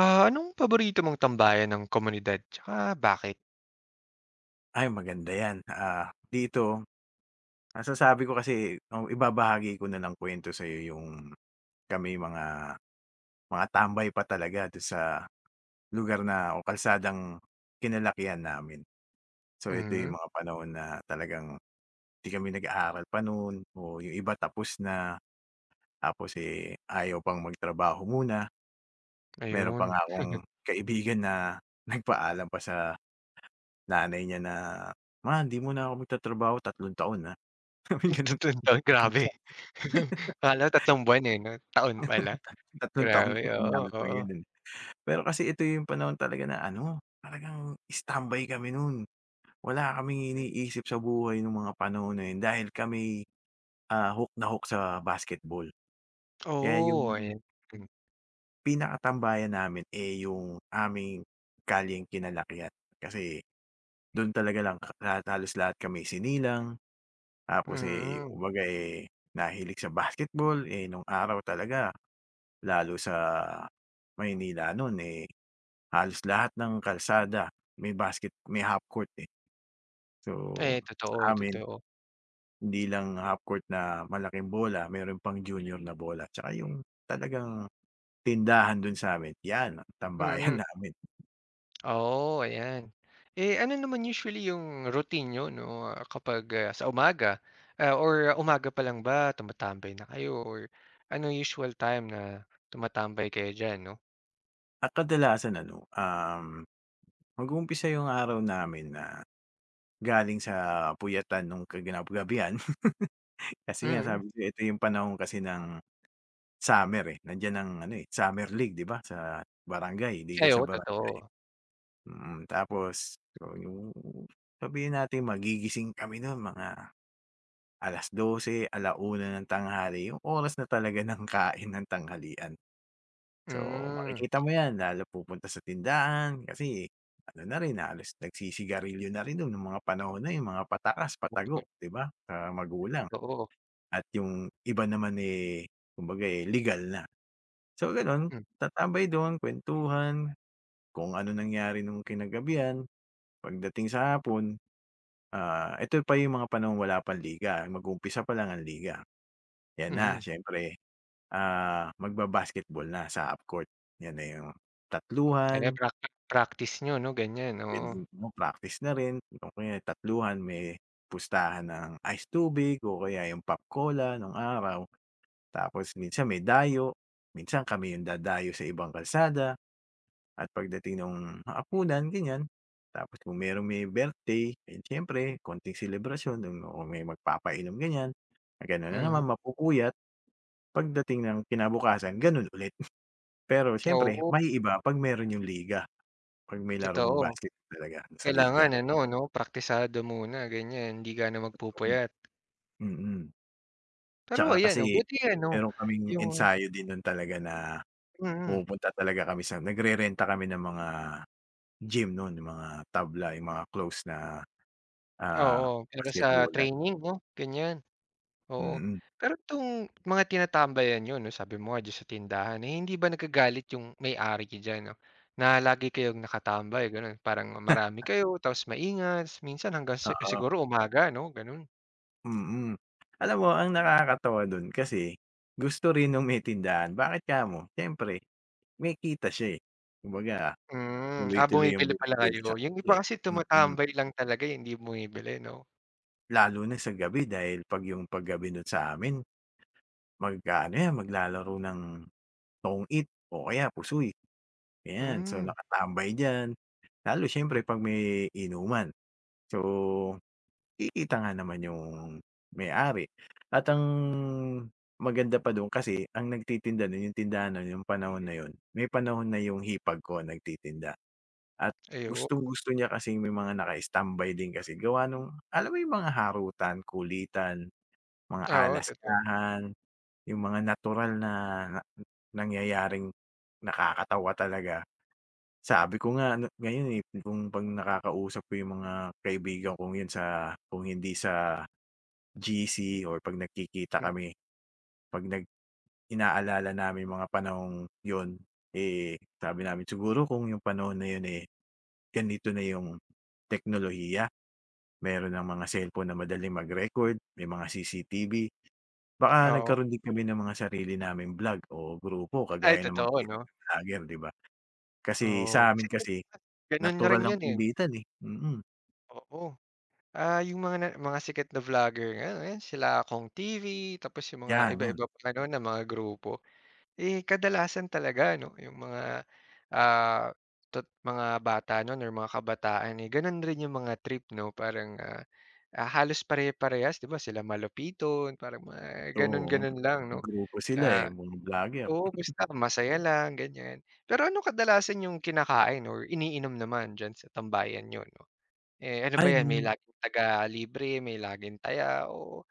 Ah, anong paborito mong tambayan ng komunidad tsaka bakit? Ay maganda yan, ah, dito masasabi ko kasi o ibabahagi ko na ng kuwento sa'yo yung kami mga tambay pa talaga dun sa lugar na o kalsadang kinalakihan namin. So ito Mhm, yung mga panahon na talagang di kami nag-aaral pa nun o yung iba tapos na, tapos, eh, ayaw pang magtrabaho muna. Meron pa ayun. nga akong kaibigan na nagpaalam pa sa nanay niya na, "Ma, hindi mo na ako magtatrabaho, tatlong taon, na." Sabi ganun. Tatlong taon, grabe. Akala ko tatlong buwan, eh, 'no, taon pala. Tatlong taon Grabe, kung oo, sinali ko oo. yun, eh. Pero kasi ito yung panahon talaga na ano, talagang standby kami nun. Wala kaming iniisip sa buhay nung mga panahon na yun dahil kami, hook na hook sa basketball. Kaya Oo, yung ayan. Hmm, pinakatambayan namin, eh, yung aming kalyeng kinalakihan. Kasi dun talaga lang ka lahat halos lahat kami sinilang, tapos, eh, mm. kumbaga, eh, nahilig sa basketball. Eh, nung araw talaga lalo sa Maynila nun, eh, halos lahat ng kalsada may basket may half court, eh. So, Eh, totoo, sa amin totoo. hindi lang half court na malaking bola, mayroon pang junior na bola tsaka yung talagang tindahan dun sa'min, 'yan ang tambayan Mm, namin. oo, ayan. Eh, ano naman usually yung routine niyo 'no, kapag, sa umaga, or umaga pa lang ba tumatambay na kayo, or ano usual time na tumatambay kayo diyan, 'no? At kadalasan ano, mag-uumpisa yung araw namin na galing sa puyatan nung kinagabihan kasi nga Mm. sabi ko ito yung panahon kasi ng summer, eh, nandiyan ang ano, eh, summer league 'di ba sa barangay, liga Ay, sa oo, bara. totoo. Mm, tapos so yung sabihin natin magigising kami nun mga 12:00, 1:00 ng tanghali, yung oras na talaga ng kain ng tanghalian. So, Hmm, makikita mo yan lalo pupunta sa tindahan kasi ano na rin, halos nagsisigarilyo na rin nun nung mga panahon na yung mga patakas, patago, 'di ba, sa magulang totoo. at yung iba naman, eh, kumbaga, eh, legal na. So ganun, Hmm, tatambay dun, kwentuhan, kung ano nangyari nung kinagabihan, pagdating sa hapon. Ah, ito pa yung mga panahong wala pang liga, mag-uumpisa pa lang ang liga. 'Yan na mhm. siyempre, ah, magba-basketball na sa half court. 'Yan na yung Kaya tatluhan, practice practice niyo 'no, ganyan, oo. puwedeng mo practice na rin o kaya tatluhan may pustahan ng ice tubig o kaya yung pop cola nung araw. Tapos minsan may dayo, minsan kami yung dadayo sa ibang kalsada. At pagdating ng hapunan ganyan, tapos kung merong may birthday, eh, siyempre konting selebrasyon nung kung may magpapainom ganyan, gano'n na Mhm, naman mapupuyat. Pagdating ng kinabukasan gano'n ulit. Pero siyempre oo, maiiba 'pag meron yung liga, 'pag may larong totoo. basket talaga sa liga. Kailangan ano 'no, praktisado muna ganyan, hindi ka na Oo, magpupuyat. mm. Pero Tsaka ayan 'no, kasi buti ano, meron kaming yung, ensayo din nun talaga na mm, pumupunta talaga kami sa nagre-renta kami ng mga gym noon yung mga tabla, yung mga close na, ah, oo, para sa basketbolan. training 'no, ganyan. Oo. Mm. Pero itong mga tinatambayan niyo 'no, sabi mo nga diyan sa tindahan, eh, hindi ba nagagalit yung may-ari diyan 'no, na lagi kayong nakatambay gano'n, parang marami kayo tapos maingat, minsan hanggang si Oo, siguro umaga 'no, gano'n? mm. Alam mo ang nakakatuwa dun kasi gusto rin nung may tindahan, bakit kamo siyempre may kita siya, eh. Kumbaga Hmm, tuloy-tuloy yung bumibili pala bumibili kayo. sa Yung iba kanya, eh, kasi mm. tumatambay lang talaga, eh, hindi bumibili 'no? Lalo na sa gabi dahil 'pag yung paggabi dun sa'min mag-aano yan, maglalaro ng tong-it o kaya pusoy, ganyan. So Hmm, nakatambay diyan, lalo siyempre 'pag may inuman. So kikita nga naman yung may-ari at ang maganda pa dun kasi ang nagtitinda nun yung tindahan nun yung panahon na yon may panahon na yung hipag ko nagtitinda at ayun. gustong-gusto niya kasing may mga naka-standby din kasi gawa nung alam mo yung mga harutan, kulitan, mga Oo, totoo. alaskahan, yung mga natural na na nangyayaring nakakatawa talaga. Sabi ko nga ano ngayon, eh, kung 'pag nakakausap ko yung mga kaibigan kong yun sa kung hindi sa GC or 'pag nagkikita Hmm, kami, 'pag nag inaalala namin mga panahong yun, eh, sabi namin, "Siguro kung yung panahon na yun, eh, ganito na yung teknolohiya, meron ng mga cellphone na madaling mag-record, may mga CCTV." Baka oo. nagkaroon din kami ng mga sarili namin vlog o grupo Ay, kagaya ng mga totoo sikat 'no? na vlogger, 'di ba? Kasi Oo. sa amin Kasi kasi gano'n na natural rin lang 'yan, eh. kumbitan, eh, mm. Oo. Ah, yung mga sikat na vlogger nga ayan sila Kong TV, tapos yung mga 'Yan, 'yan, iba-iba pa ano na mga grupo. Eh, kadalasan talaga ano yung mga, ah, tot mga bata nun, or mga kabataan, eh, ganun rin yung mga trip 'no, parang, halos pare-parehas 'di ba sila Malupiton, parang mga oo, ganun-ganun lang may 'no, grupo sila, eh, na mga vlogger. oo, basta masaya lang ganyan. Pero ano kadalasan yung kinakain or iniinom naman diyan sa tambayan niyo 'no? Eh, ano ba Ay, 'yan, may nung laging taga-libre, may laging taya o,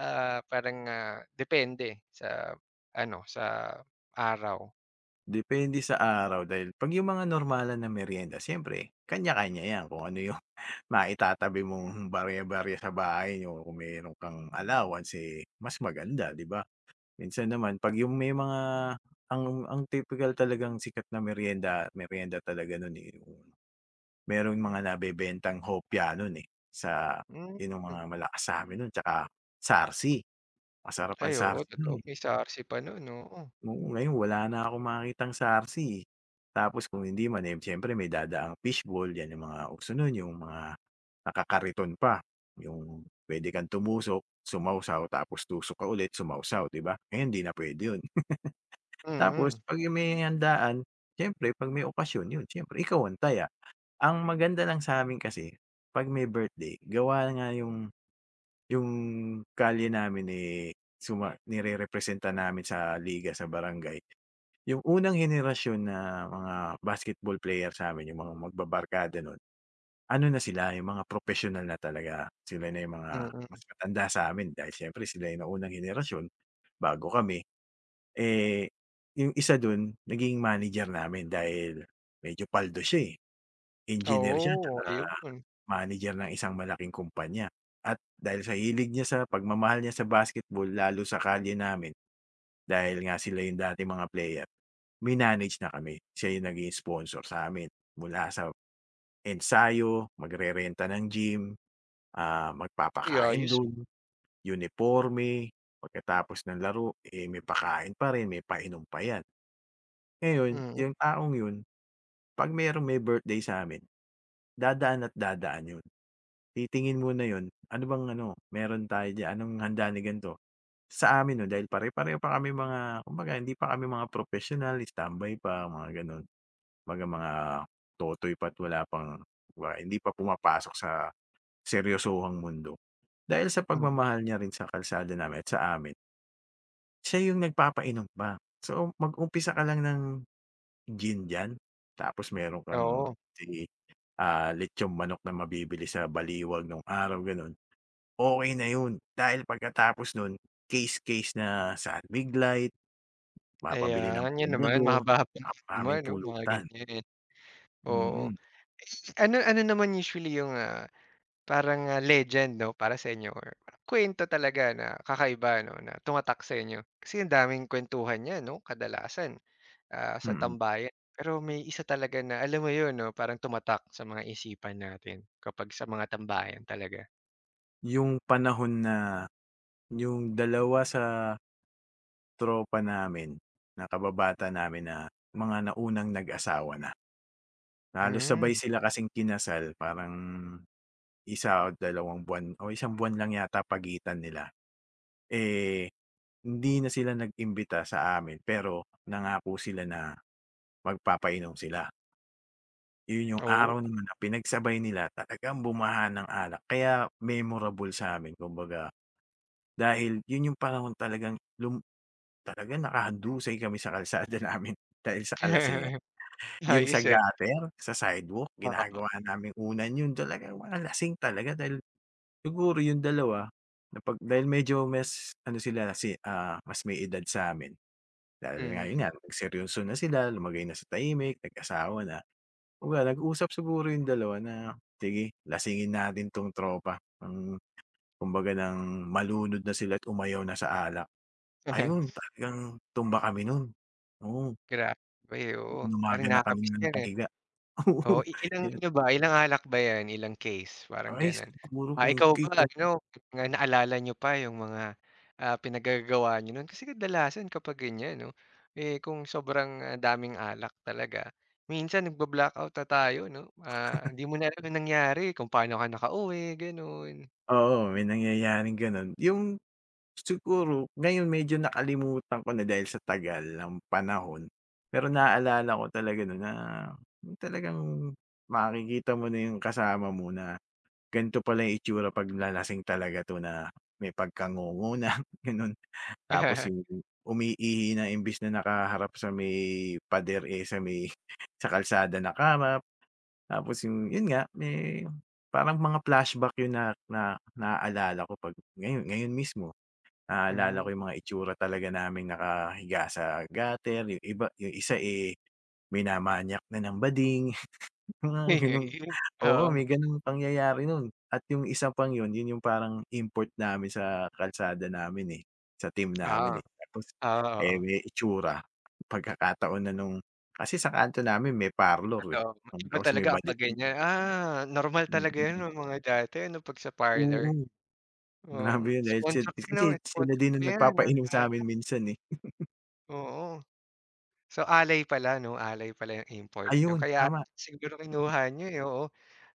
parang, depende sa ano, sa araw. depende sa araw dahil 'pag yung mga normalan na merienda siyempre kanya-kanya 'yan kung ano yung maitatabi mong barya-barya sa bahay niyo kung meron kang allowance, eh, mas maganda, 'di ba? Minsan naman 'pag yung may mga ang tipikal talagang sikat na merienda merienda talaga nun, eh, yung merong mga nabebentang hopya nun, eh, sa Hmm, yun ang mga malakas sa'min nun tsaka sarsi, masarap ay, ang oo, totoo. sarsi. May SARC pa no'n, oo. Oo, ngayon wala na akong makitang SARSI, eh. Tapos kung hindi man, eh, siyempre may dadaang fishball, 'yan ang mga uso no'n, yung mga nakakariton pa, yung pwede kang tumusok, sumawsaw, tapos tusok ka ulit, sumawsaw, 'di ba? Ngayon hindi na puwede 'yun. Tapos Mm, 'pag may handaan, siyempre 'pag may okasyon, 'yun siyempre ikaw ang taya. Ang maganda lang sa amin kasi 'pag may birthday, gawa nga yung yung kalye namin, eh, suma nirerepresenta namin sa liga sa barangay. Yung unang henerasyon na mga basketball player sa'min, yung mga magbabarkada nun, ano na sila, yung mga propesyonal na talaga. Sila na yung mga mm. mas matanda sa'min dahil siyempre sila yung naunang henerasyon bago kami. Eh, yung isa dun naging manager namin dahil medyo paldo siya, eh. Engineer siya tsaka Oo, ayun. manager ng isang malaking kumpanya at dahil sa hilig niya sa pagmamahal niya sa basketball lalo sa kalye namin, dahil nga sila yung dating mga player, minanage na kami, siya yung naging sponsor sa amin mula sa ensayo, magrerenta ng gym, ah, magpapakain Ayos, ah. dun, uniporme, pagkatapos ng laro, eh, may pakain pa rin, may painom pa yan. Ngayon, Mm, yung taong yun 'pag merong may birthday sa'min, dadaan at dadaan yun. Titingin muna yun, "Ano bang ano, meron tayo diyan, anong handa ni gan'to?" Sa amin no dahil pare-pareho pa kami mga kumbaga hindi pa kami mga propesyonal, standby pa, mga gano'n. 'Baga mga totoy pa't wala pang hindi pa pumapasok sa seryosohang mundo. Dahil sa mm. pagmamahal niya rin sa kalsada namin at sa amin, siya yung nagpapainom pa. So, mag-umpisa ka lang ng gin diyan, tapos meron kang Oo, si, ah, lechong manok na mabibili sa baliwag nung araw, gano'n, okey na yun. Dahil pagkatapos nun, case-case na sa Big Light, mapabili ng ayan. 'Yan naman pundado, mahaba-haba saka naman aming 'no, mga pulutan. ganiyan. Oo. Mm, Ano ano naman usually yung, ah, parang, legend 'no, para sa inyo, or kuwento talaga na kakaiba 'no, na tumatak sa inyo? Kasi ang daming kuwentuhan niyan 'no, kadalasan, sa mm. tambayan. Pero may isa talaga na alam mo 'yun 'no, parang tumatak sa mga isipan natin kapag sa mga tambayan talaga. Yung panahon na yung dalawa sa tropa namin na kababata namin na mga naunang nag-asawa na. Halos sabay Hmm, sila kasing kinasal parang isa o dalawang buwan o isang buwan lang yata pagitan nila. Eh, hindi na sila nag-imbita sa amin pero nangako sila na magpapainom sila. Yun yung oo. araw naman na pinagsabay nila talagang bumaha ng alak kaya memorable sa sa'min kumbaga dahil yun yung panahon talagang talaga nakahadusay kami sa kalsada namin dahil sa kalasingan. Yung sa Ayos, ah. gutter, sa sidewalk, Oo, ginagawa naming unan yun talaga mga lasing talaga dahil siguro yung dalawa na pag dahil medyo mas ano sila si ah, mas may edad sa'min dahil nga yun mm. nga nagseryoso na sila, lumagay na sa tahimik, nag-asawa na. Kumbaga nag-usap siguro yung dalawa na, "Sige lasingin natin 'tong tropa." Ng kumbaga ng malunod na sila at umayaw na sa alak. Ayun talagang tumba kami nun. Oo. Grabe, oo. Inumaga Parang na kami nakakamiss ng 'yan, eh. nakahiga. Oo, Oo, ilang yun. ano ba, ilang alak ba 'yan, ilang case? Parang Ay, gano'n. siguro Ah, kung ikaw kaysa ba ano, na naalala niyo pa yung mga, pinaggagawa niyo no'n? Kasi kadalasan kapag ganyan 'no, eh, kung sobrang, daming alak talaga, minsan nagba-blackout na tayo 'no? Ah, hindi mo na alam yung nangyari, kung paano ka nakauwi, gano'n. oo, may nangyayaring gano'n. Yung siguro ngayon medyo nakalimutan ko na dahil sa tagal ng panahon, pero naalala ko talaga no'n na yung talagang makikita mo na yung kasama mo na ganito pala yung itsura 'pag lalasing talaga 'to na may pagkangungo na, gano'n. Tapos yung umiihi na imbes na nakaharap sa may pader, eh, sa may sa kalsada na kama. Tapos yung yun nga, eh, parang mga flashback yun na na naaalala ko 'pag ngayon ngayon mismo, naaalala ko Hmm, yung mga itsura talaga naming nakahiga sa gutter, yung iba yung isa, eh, minamanyak na ng bading, mga ganong oo, oo. may ganong pangyayari nun. At yung isa pang yun, yun yung parang import namin sa kalsada namin, eh, sa team Oo. namin, eh. Tapos, Oo, oo, eh, may itsura, pagkakataon na nung kasi sa kanto namin may parlor, eh, totoo. Iba tapos may talaga kapag bading. ganyan. Ah, normal talaga 'yun Mm. nung mga dati ano, 'pag sa Oo, parlor. Oo, grabe yun dahil sponsor pa 'no, kasi sila sponsor din pa ang 'yan ng nagpapainom sa'min alak, minsan, eh. oo. So, alay pala 'no, alay pala yung import niyo, Ayun, kaya tama, siguro kinuha niyo, eh, oo.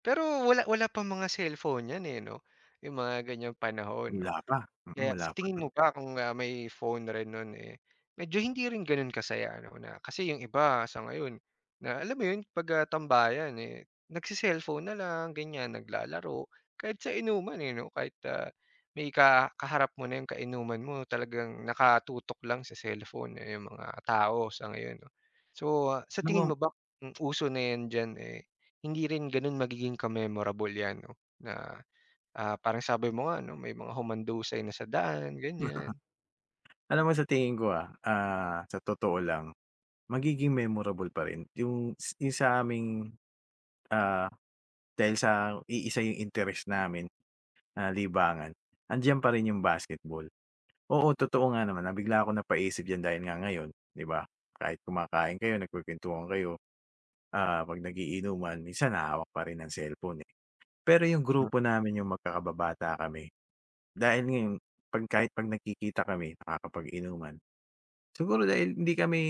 Pero wala wala pa mga cellphone niyan, eh, 'no, yung mga ganyang panahon 'no? wala pa, mm, Kaya wala sa pa. tingin mo ba kung, may phone rin nun, eh, medyo hindi rin ganun kasaya ano na kasi yung iba sa ngayon, na alam mo yun pag, tambayan, eh, nagse-cellphone na lang ganyan, naglalaro kahit sa inuman, eh, 'no, kahit, may kaharap mo na yung kainuman mo, talagang nakatutok lang sa cellphone, eh, yung mga tao sa ngayon 'no. So, sa Alam mo, tingin mo ba kung uso na yan diyan, eh, hindi rin ganun magiging ka-memorable yan 'no na, ah, parang sabi mo nga 'no, may mga humandusay na sa daan, ganyan. alam mo sa tingin ko, ah, sa totoo lang, magiging memorable pa rin yung sa aming, ah, dahil sa iisa yung interest namin na libangan, andiyan pa rin yung basketball. Oo, totoo nga naman na bigla ako napaisip diyan dahil nga ngayon, 'di ba, kahit kumakain kayo, nagkukuwentuhan kayo, ah, 'pag nagiinuman minsan hahawak pa rin ng cellphone, eh. Pero yung Hmm. grupo namin yung magkakababata kami, dahil ngayon 'pag kahit 'pag nagkikita kami nakakapag-inuman, siguro dahil hindi kami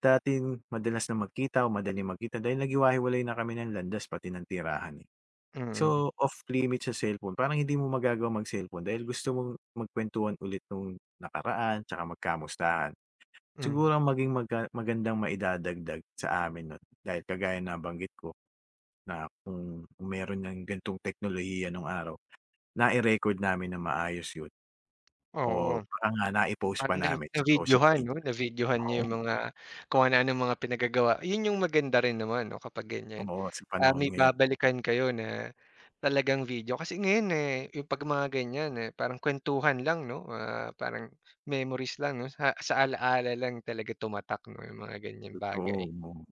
dati madalas na magkita o madaling magkita dahil naghiwa-hiwalay na kami ng landas pati ng tirahan, eh. Mm, So, off limit sa cellphone parang hindi mo magagawa mag-cellphone dahil gusto mong magkuwentuhan ulit nung nakaraan tsaka magkamustahan. mm, Siguro ang maging magandang maidadagdag sa amin nun, dahil kagaya na banggit ko na kung meron ng ganitong teknolohiya nung araw, nai-record namin nang maayos yun o oo. baka nga nai-post pa Parang na namin sa social na-videohan 'no, media. na-videohan niya Oo, yung mga kung ano-anong mga pinagagawa. Yun yung maganda rin naman 'no, kapag ganyan. oo, sa Ah, panahon may ngayon, babalikan kayo na talagang video. Kasi ngayon, eh, yung 'pag mga ganyan, eh, parang kuwentuhan lang 'no, ah, parang memories lang 'no, sa ala-ala lang talaga tumatak 'no, yung mga ganyang bagay. totoo, oo.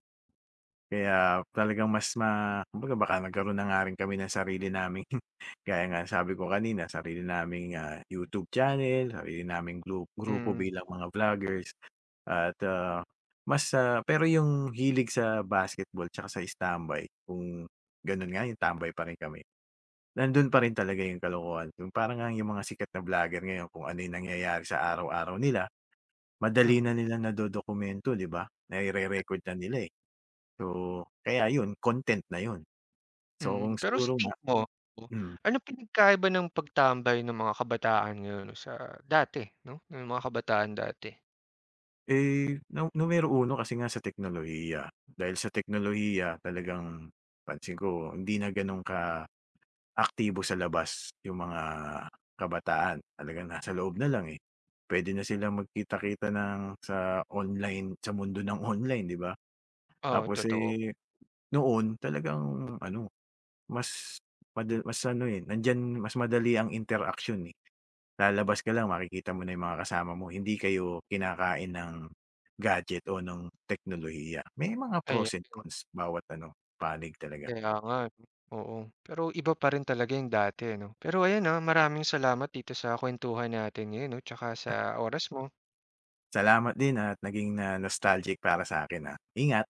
Kaya talagang mas kumbaga baka nagkaroon na nga rin kami ng sarili naming gaya nga sabi ko kanina, sarili naming, ah, YouTube channel, sarili naming grupo Mm, bilang mga vloggers at, ah, pero yung hilig sa basketball tsaka sa standby kung ganun nga, yung tambay pa rin kami. Nandun pa rin talaga yung kalokohan, yung parang ngang yung mga sikat na vlogger ngayon kung ano yung nangyayari sa araw-araw nila, madali mhm. na nilang nadodokumento 'di ba? Naire-record na nila, eh. So, kaya yun content na yun. So, Mm, kung pero sa siguro nga tingin mo, hmm, ano pinagkaiba ng pagtambay ng mga kabataan ngayon 'no, sa dati 'no, ng mga kabataan dati? eh, numero uno kasi nga sa teknolohiya, dahil sa teknolohiya talagang pansin ko hindi na ganun ka aktibo sa labas yung mga kabataan, talagang nasa loob na lang, eh. Pwede na silang magkita-kita ng sa online sa mundo ng online, 'di ba? Oo, Tapos, totoo. eh, noon talagang ano, mas mas ano, eh, nandiyan mas madali ang interaksyon, eh. Lalabas ka lang makikita mo na yung mga kasama mo, hindi kayo kinakain ng gadget o ng teknolohiya. May mga Ayan, pros and cons bawat ano, panig talaga. kaya nga 'no? Oo. Pero iba pa rin talaga yung dati 'no. Pero ayan, ah, maraming salamat dito sa kuwentuhan natin ngayon 'no, 'tsaka sa oras mo. Salamat din at naging na nostalgic para sa akin ah. Ingat.